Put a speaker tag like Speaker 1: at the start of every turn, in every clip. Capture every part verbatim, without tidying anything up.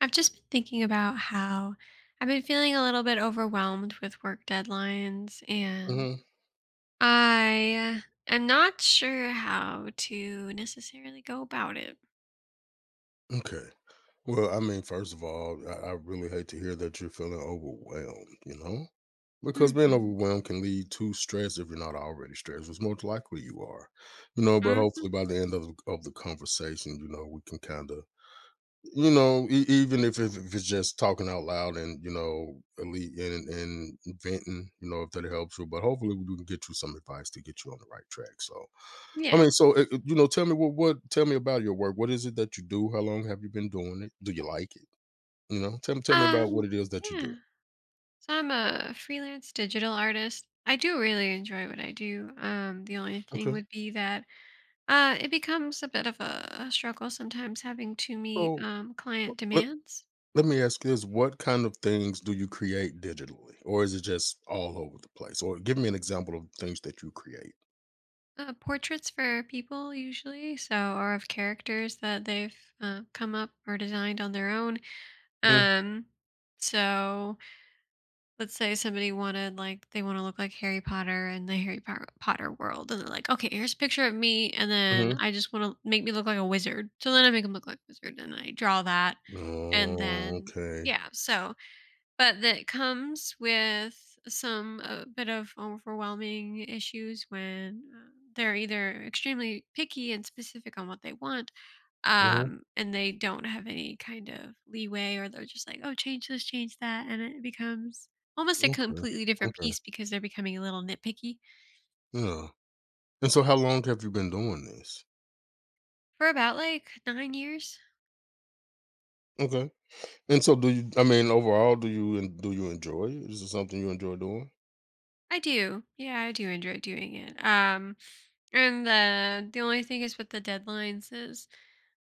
Speaker 1: I've just been thinking about how I've been feeling a little bit overwhelmed with work deadlines, and
Speaker 2: Mhm.
Speaker 1: I am not sure how to necessarily go about it.
Speaker 2: Okay. Well, I mean, first of all, I, I really hate to hear that you're feeling overwhelmed, you know? Because being
Speaker 1: Hmm.
Speaker 2: overwhelmed can lead to stress if you're not already stressed, which most likely you are, you know. But
Speaker 1: Hmm.
Speaker 2: hopefully, by the end of, of the conversation, you know, we can kind of, you know, e- even if, if, if it's just talking out loud and, you know, elite and, and venting, you know, if that helps you. But hopefully, we can get you some advice to get you on the right track. So, I
Speaker 1: Yeah.
Speaker 2: mean, so uh, uh, you know, tell me what what tell me about your work. What is it that you do? How long have you been doing it? Do you like it? You know, tell me tell me about what it
Speaker 1: Um.
Speaker 2: is that you do.
Speaker 1: Yeah. So I'm a freelance digital artist. I do really enjoy what I do. Um. The only thing
Speaker 2: Okay,
Speaker 1: would be that uh, it becomes a bit of a, a struggle sometimes having to meet
Speaker 2: so
Speaker 1: um
Speaker 2: uh,
Speaker 1: client
Speaker 2: let,
Speaker 1: demands.
Speaker 2: let me ask you this: What kind of things do you create digitally, or is it just all over the place? Or give me an example of things that you create.
Speaker 1: Uh, portraits for people usually, so or of characters that they've uh, come up or designed on their own. Um, so let's say somebody wanted like they want to look like Harry Potter in the Harry Potter Potter world, and they're like, okay, here's a picture of me, and
Speaker 2: Mm-hmm.
Speaker 1: then I just want to make me look like a wizard. So then I make them look like a wizard, and I draw that, and
Speaker 2: Oh,
Speaker 1: then
Speaker 2: okay.
Speaker 1: yeah, so but that comes with some a bit of overwhelming issues when uh, they're either extremely picky and specific on what they want,
Speaker 2: Mhm.
Speaker 1: um, and they don't have any kind of leeway, or they're just like, oh, change this, change that, and it becomes almost a
Speaker 2: Okay.
Speaker 1: completely different
Speaker 2: Okay.
Speaker 1: piece because they're becoming a little nitpicky
Speaker 2: Yeah. And so, how long have you been doing this?
Speaker 1: for about like nine years.
Speaker 2: Okay. And so, do you? I mean, overall, do you en- do you enjoy it? Is it something you enjoy doing?
Speaker 1: I do, yeah, I do enjoy doing it. Um and the the only thing is with the deadlines is,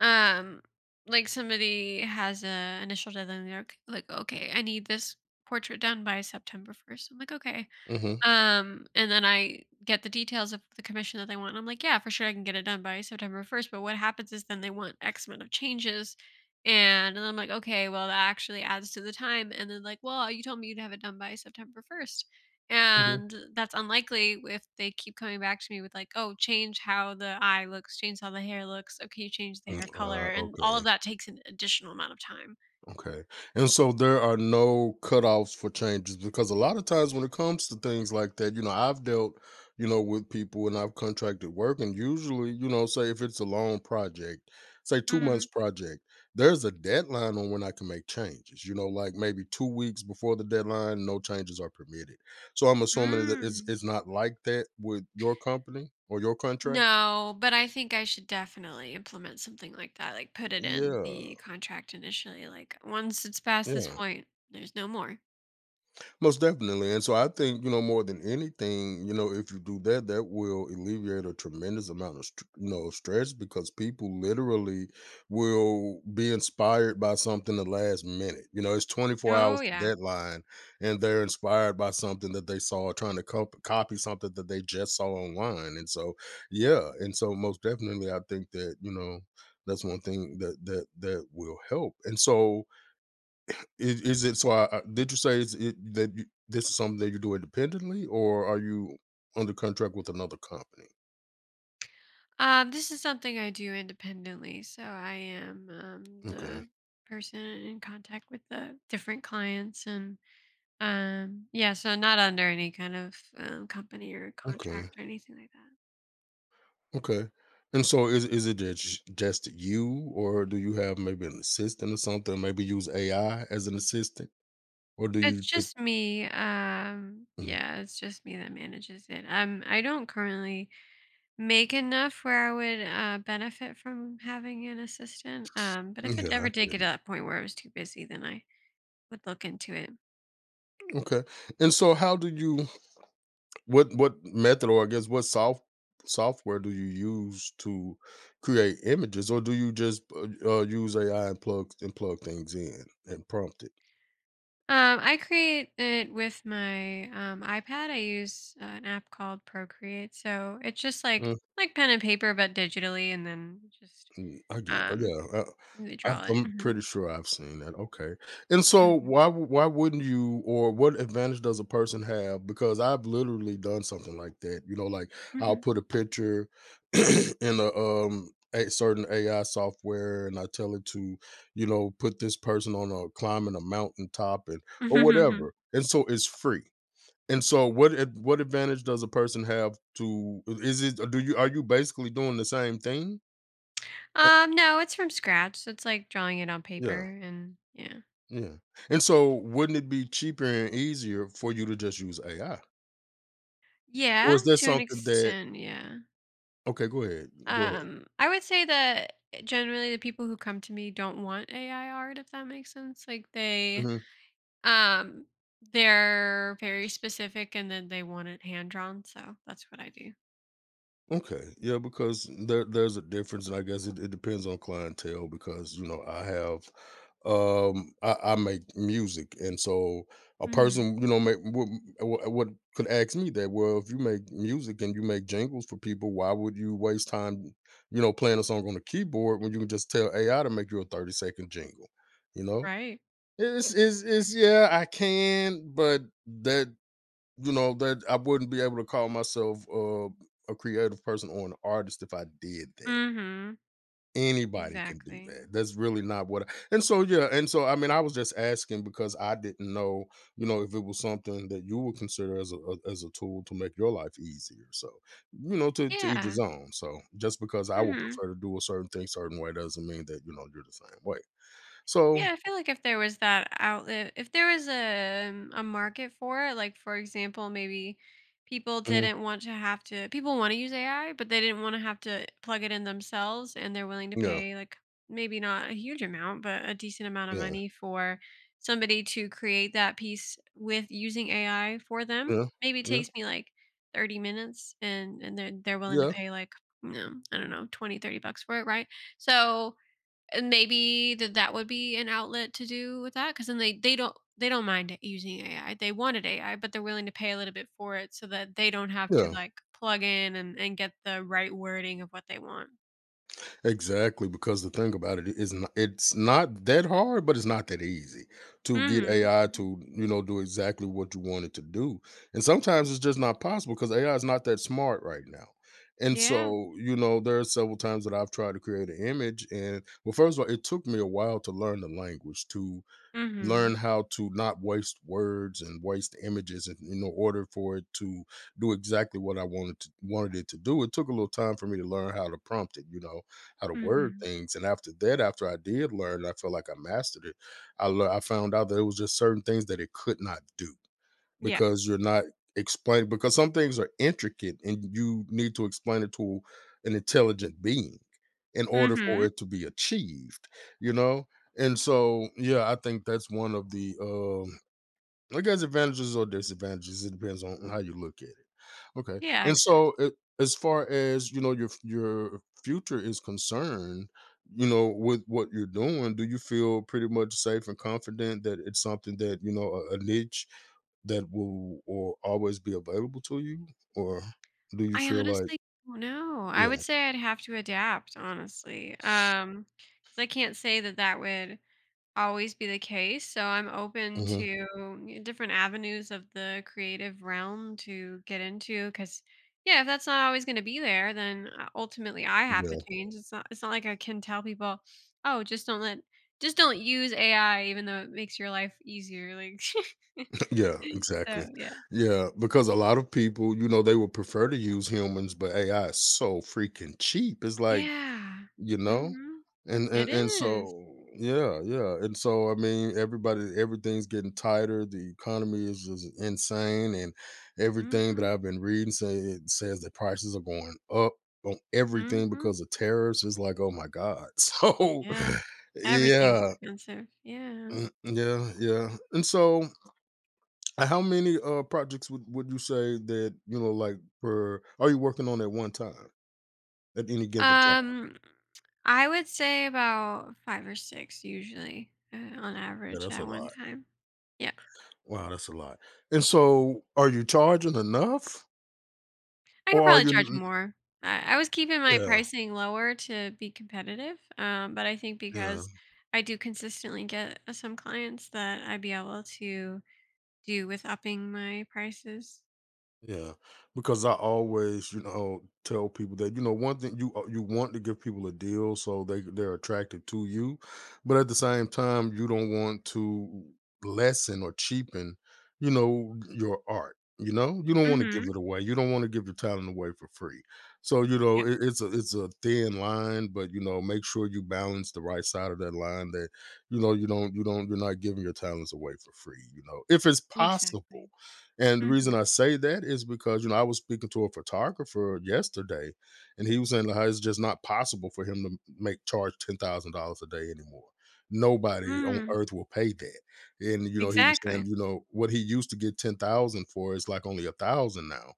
Speaker 1: Um, like somebody has a initial deadline, they're like, like, okay, I need this portrait done by September first. I'm like, okay,
Speaker 2: Mm-hmm.
Speaker 1: um, and then I get the details of the commission that they want, and I'm like, "Yeah, for sure, I can get it done by September first," but what happens is then they want X amount of changes, and and I'm like, "Okay, well, that actually adds to the time," and then like, "Well, you told me you'd have it done by September first,"
Speaker 2: Mhm.
Speaker 1: and that's unlikely if they keep coming back to me with like, "Oh, change how the eye looks, change how the hair looks, okay, you change the
Speaker 2: Mm,
Speaker 1: hair color,"
Speaker 2: Uh,
Speaker 1: and all of
Speaker 2: okay,
Speaker 1: that takes an additional amount of time.
Speaker 2: okay. And so there are no cutoffs for changes because a lot of times when it comes to things like that, you know, I've dealt, you know, with people and I've contracted work, and usually, you know, say if it's a long project, say two
Speaker 1: Mm.
Speaker 2: months project, there's a deadline on when I can make changes. You know, like maybe two weeks before the deadline, no changes are permitted. So I'm assuming that it's
Speaker 1: Mm.
Speaker 2: it's not like that with your company or your contract.
Speaker 1: No, but I think I should definitely implement something like that. Like, put it in
Speaker 2: Yeah,
Speaker 1: the contract initially. Like, once it's past this
Speaker 2: yeah.
Speaker 1: point, there's no more.
Speaker 2: Most definitely. And so I think, you know, more than anything, you know, if you do that, that will alleviate a tremendous amount of, st- you know, stress because people literally will be inspired by something the last minute. You know, it's twenty-four
Speaker 1: Oh
Speaker 2: hours to
Speaker 1: yeah.
Speaker 2: deadline and they're inspired by something that they saw trying to cop- copy something that they just saw online. And so, yeah. And so most definitely, I think that, you know, that's one thing that that that will help. And so, is, is it so? I, I- did you say is it that you, this is something that you do independently, or are you under contract with another company?
Speaker 1: Um, this is something I do independently. So I am, um,
Speaker 2: Okay,
Speaker 1: the person in contact with the different clients, and um, yeah, so not under any kind of um, company or
Speaker 2: okay,
Speaker 1: contract or anything like that.
Speaker 2: okay. And so, is is it just just you, or do you have maybe an assistant or something? Maybe use A I as an assistant, or do
Speaker 1: It's
Speaker 2: you? Typ-
Speaker 1: just me. Um,
Speaker 2: Mhm.
Speaker 1: yeah, it's just me that manages it. Um, I don't currently make enough where I would uh, benefit from having an assistant. Um, but
Speaker 2: Yeah,
Speaker 1: if it
Speaker 2: I
Speaker 1: ever did get
Speaker 2: get
Speaker 1: to
Speaker 2: it.
Speaker 1: that point where I was too busy, then I would look into it.
Speaker 2: Okay, and so how do you What what method or I guess what soft software do you use to create images, or do you just, uh, uh, use A I and plug and plug things in and prompt it?
Speaker 1: Um, I create it with my um, iPad. I use uh, an app called Procreate, so it's just like like pen and paper, but digitally, and then you just,
Speaker 2: Mm, I get uh,
Speaker 1: um,
Speaker 2: yeah, uh,
Speaker 1: they
Speaker 2: i
Speaker 1: draw it.
Speaker 2: I'm
Speaker 1: Mhm.
Speaker 2: pretty sure I've seen that, okay. And so
Speaker 1: Mhm.
Speaker 2: why wou why wouldn't you or what advantage does a person have? Because I've literally done something like that, you know, like, I'll
Speaker 1: Mhm.
Speaker 2: put a picture in a, um, a certain A I software, and I tell it to, you know, put this person on a climbing a mountaintop and
Speaker 1: Mhm.
Speaker 2: or
Speaker 1: Mhm.
Speaker 2: whatever, and so it's free. And so what ad what advantage does a person have to is it do you are you basically doing the same thing? Eh
Speaker 1: Um, no, it's from scratch. So it's like drawing it on
Speaker 2: yeah.
Speaker 1: paper, and yeah.
Speaker 2: Yeah, and so wouldn't it be cheaper and easier for you to just use A I?
Speaker 1: Yeah,
Speaker 2: Or is that
Speaker 1: to an
Speaker 2: something that
Speaker 1: extent, yeah.
Speaker 2: okay, go ahead, go ahead.
Speaker 1: Um, I would say that, eh, generally the people who come to me don't want A I art, if that makes sense. Like they
Speaker 2: Mhm.
Speaker 1: Um, they're very specific, and then they want it hand drawn, so that's what I do.
Speaker 2: Okay, yeah, because there there's a difference, and I guess it, it depends on clientele because you know I have um I, I make music and so a
Speaker 1: Mhm.
Speaker 2: person you know may, what, what could ask me that well if you make music and you make jingles for people why would you waste time you know playing a song on the keyboard when you can just tell ai to make you a thirty second jingle you know
Speaker 1: Right.
Speaker 2: It's is is yeah, I can, but that you know that I wouldn't be able to call myself uh, a creative person or an artist if I did that.
Speaker 1: Mhm.
Speaker 2: Anybody can do
Speaker 1: Exactly.
Speaker 2: that. That's really not what. I, and so yeah, and so I mean, I was just asking because I didn't know, you know, if it was something that you would consider as a a- as a tool to make your life easier. So you know, to to each his
Speaker 1: Yeah.
Speaker 2: own. So just because I would
Speaker 1: Mhm.
Speaker 2: prefer to do a certain thing certain way doesn't mean that you know you're the same way. So
Speaker 1: Yeah, I feel like if there was that outlet, if there was a um, a market for it, like, for example, maybe people
Speaker 2: mhm,
Speaker 1: didn't want to have to people want to use A I, but they didn't want to have to plug it in themselves, and they're willing to
Speaker 2: yeah,
Speaker 1: pay like maybe not a huge amount, but a decent amount of
Speaker 2: yeah,
Speaker 1: money for somebody to create that piece with using A I for them.
Speaker 2: yeah.
Speaker 1: Maybe it
Speaker 2: yeah.
Speaker 1: takes me like thirty minutes, and and they're they're willing to
Speaker 2: Yeah,
Speaker 1: pay like, you know, I don't know, twenty thirty bucks for it, right? So and maybe that that would be an outlet to do with that because then they they don't they don't mind using A I. They wanted A I, but they're willing to pay a little bit for it so that they don't have to
Speaker 2: yeah,
Speaker 1: like plug in and and get the right wording of what they want.
Speaker 2: exactly. Because the thing about it is, not, it's not that hard, but it's not that easy to get
Speaker 1: Mhm.
Speaker 2: A I
Speaker 1: Mhm.
Speaker 2: to you know do exactly what you want it to do. And sometimes it's just not possible because A I is not that smart right now. And
Speaker 1: Yeah.
Speaker 2: so you know, there are several times that I've tried to create an image, and well, first of all, it took me a while to learn the language to learn
Speaker 1: Mhm.
Speaker 2: how to not waste words and waste images in, in order for it to do exactly what I wanted to, wanted it to do. It took a little time for me to learn how to prompt it, you know, how to word
Speaker 1: Mhm.
Speaker 2: things. And after that, after I did learn, I felt like I mastered it. I lear- I found out that it was just certain things that it could not do
Speaker 1: Yeah.
Speaker 2: because you're not explaining because some things are intricate and you need to explain it to an intelligent being in order for
Speaker 1: Mhm.
Speaker 2: it to be achieved, you know? And so, yeah, I think that's one of the um I guess advantages or disadvantages. It depends on how you look at it. Okay.
Speaker 1: Yeah,
Speaker 2: And
Speaker 1: exactly.
Speaker 2: so it, as far as you know your your future is concerned, you know, with what you're doing, do you feel pretty much safe and confident that it's something that, you know, a, a niche that will or always be available to you? Or do you
Speaker 1: I
Speaker 2: feel like
Speaker 1: honestly don't know. I
Speaker 2: yeah,
Speaker 1: would say I'd have to adapt, honestly. Um, 'cause I can't say that that would always be the case. So I'm open
Speaker 2: mhm,
Speaker 1: to, mm, different avenues of the creative realm to get into because yeah, if that's not always going to be there, then uh, ultimately I have to
Speaker 2: yeah,
Speaker 1: change. It's not it's not like I can tell people, "Oh, just don't let just don't use A I even though it makes your life easier." Like
Speaker 2: yeah,
Speaker 1: So,
Speaker 2: exactly.
Speaker 1: yeah.
Speaker 2: Yeah, because a lot of people, you know, they would prefer to use humans, but A I is so freaking cheap. It's like,
Speaker 1: Yeah.
Speaker 2: You know?
Speaker 1: Mhm.
Speaker 2: And
Speaker 1: It
Speaker 2: and and
Speaker 1: is.
Speaker 2: so yeah, yeah, and so, I mean, everybody everything's getting tighter, the economy is just insane, and everything that
Speaker 1: Mhm.
Speaker 2: I've been reading say it says that prices are going up on everything
Speaker 1: Mhm.
Speaker 2: because of tariffs, it's like, "Oh my god." So,
Speaker 1: Yeah. Everything's
Speaker 2: yeah,
Speaker 1: expensive. Yeah.
Speaker 2: mm, yeah, yeah, and so, uh, how many, uh, projects would would you say that, you know, like, per are you working on at one time? At any given time?
Speaker 1: Um, I would say about five or six usually, uh, on
Speaker 2: Yeah,
Speaker 1: average
Speaker 2: that's a
Speaker 1: at one
Speaker 2: lot.
Speaker 1: time. Yeah.
Speaker 2: Wow, that's a lot. And so, are you charging enough?
Speaker 1: I could
Speaker 2: Or are
Speaker 1: probably
Speaker 2: you
Speaker 1: charge
Speaker 2: n
Speaker 1: more. I I was keeping my
Speaker 2: Yeah,
Speaker 1: pricing lower to be competitive, um, but I think
Speaker 2: yeah.
Speaker 1: because I do consistently get, uh, some clients that I'd be able to do with upping my prices.
Speaker 2: Yeah, because I always, you know, tell people that you know one thing you uh, you want to give people a deal so they they're attracted to you, but at the same time you don't want to lessen or cheapen, you know, your art. You know, you don't want to give it
Speaker 1: Mhm.
Speaker 2: away. You don't want to give your talent away for free. So you know,
Speaker 1: Yep.
Speaker 2: it, it's a it's a thin line, but you know, make sure you balance the right side of that line. That you know, you don't you don't you're not giving your talents away for free. You know, if it's possible
Speaker 1: Exactly.
Speaker 2: and the reason
Speaker 1: Mhm.
Speaker 2: I say that is because, you know, I was speaking to a photographer yesterday and he was saying how it's just not possible for him to make charge ten thousand dollars a day anymore. Nobody on
Speaker 1: Mm.
Speaker 2: earth will pay that. And, you know, he was
Speaker 1: Exactly.
Speaker 2: saying, you know, what he used to get ten thousand for is like only a thousand now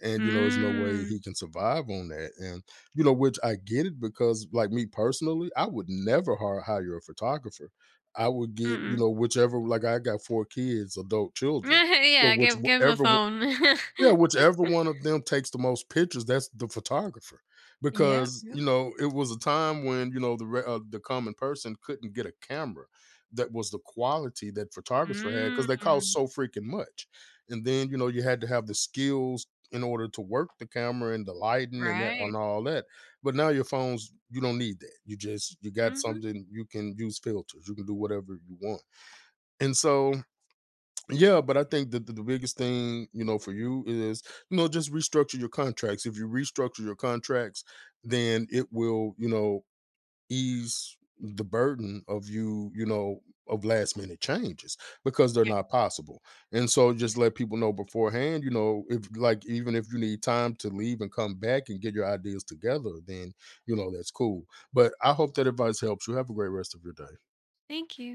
Speaker 2: and you know there's no way
Speaker 1: Mm.
Speaker 2: he can survive on that and you know which I get it because like me personally I would never hire, hire a photographer I would get you
Speaker 1: Mm-mm.
Speaker 2: know whichever like I got four kids adult children so
Speaker 1: Yeah,
Speaker 2: which
Speaker 1: give Give give 'em a
Speaker 2: whatever
Speaker 1: phone.
Speaker 2: yeah, whichever one of them takes the most pictures, that's the photographer,
Speaker 1: Yep.
Speaker 2: because, you know, it was a time when, you know, the re uh, the common person couldn't get a camera that was the quality that photographer had
Speaker 1: Mm,
Speaker 2: because they cost so freaking much, and then, you know, you had to have the skills in order to work the camera and the lighting and that and
Speaker 1: right.
Speaker 2: all that, but now your phones, you don't need that, you just you got
Speaker 1: Mm. Mhm.
Speaker 2: something you can use filters, you can do whatever you want, and so yeah, but I think that the, the biggest thing, you know, for you is, you know, just restructure your contracts. If you restructure your contracts, then it will, you know, ease the burden of you, you know, of last minute changes because they're
Speaker 1: Yeah.
Speaker 2: not possible. And so just let
Speaker 1: Exactly.
Speaker 2: people know beforehand, you know, if like even if you need time to leave and come back and get your ideas together, then, you know, that's cool. But I hope that advice helps you. Have a great rest of your day.
Speaker 1: Thank you.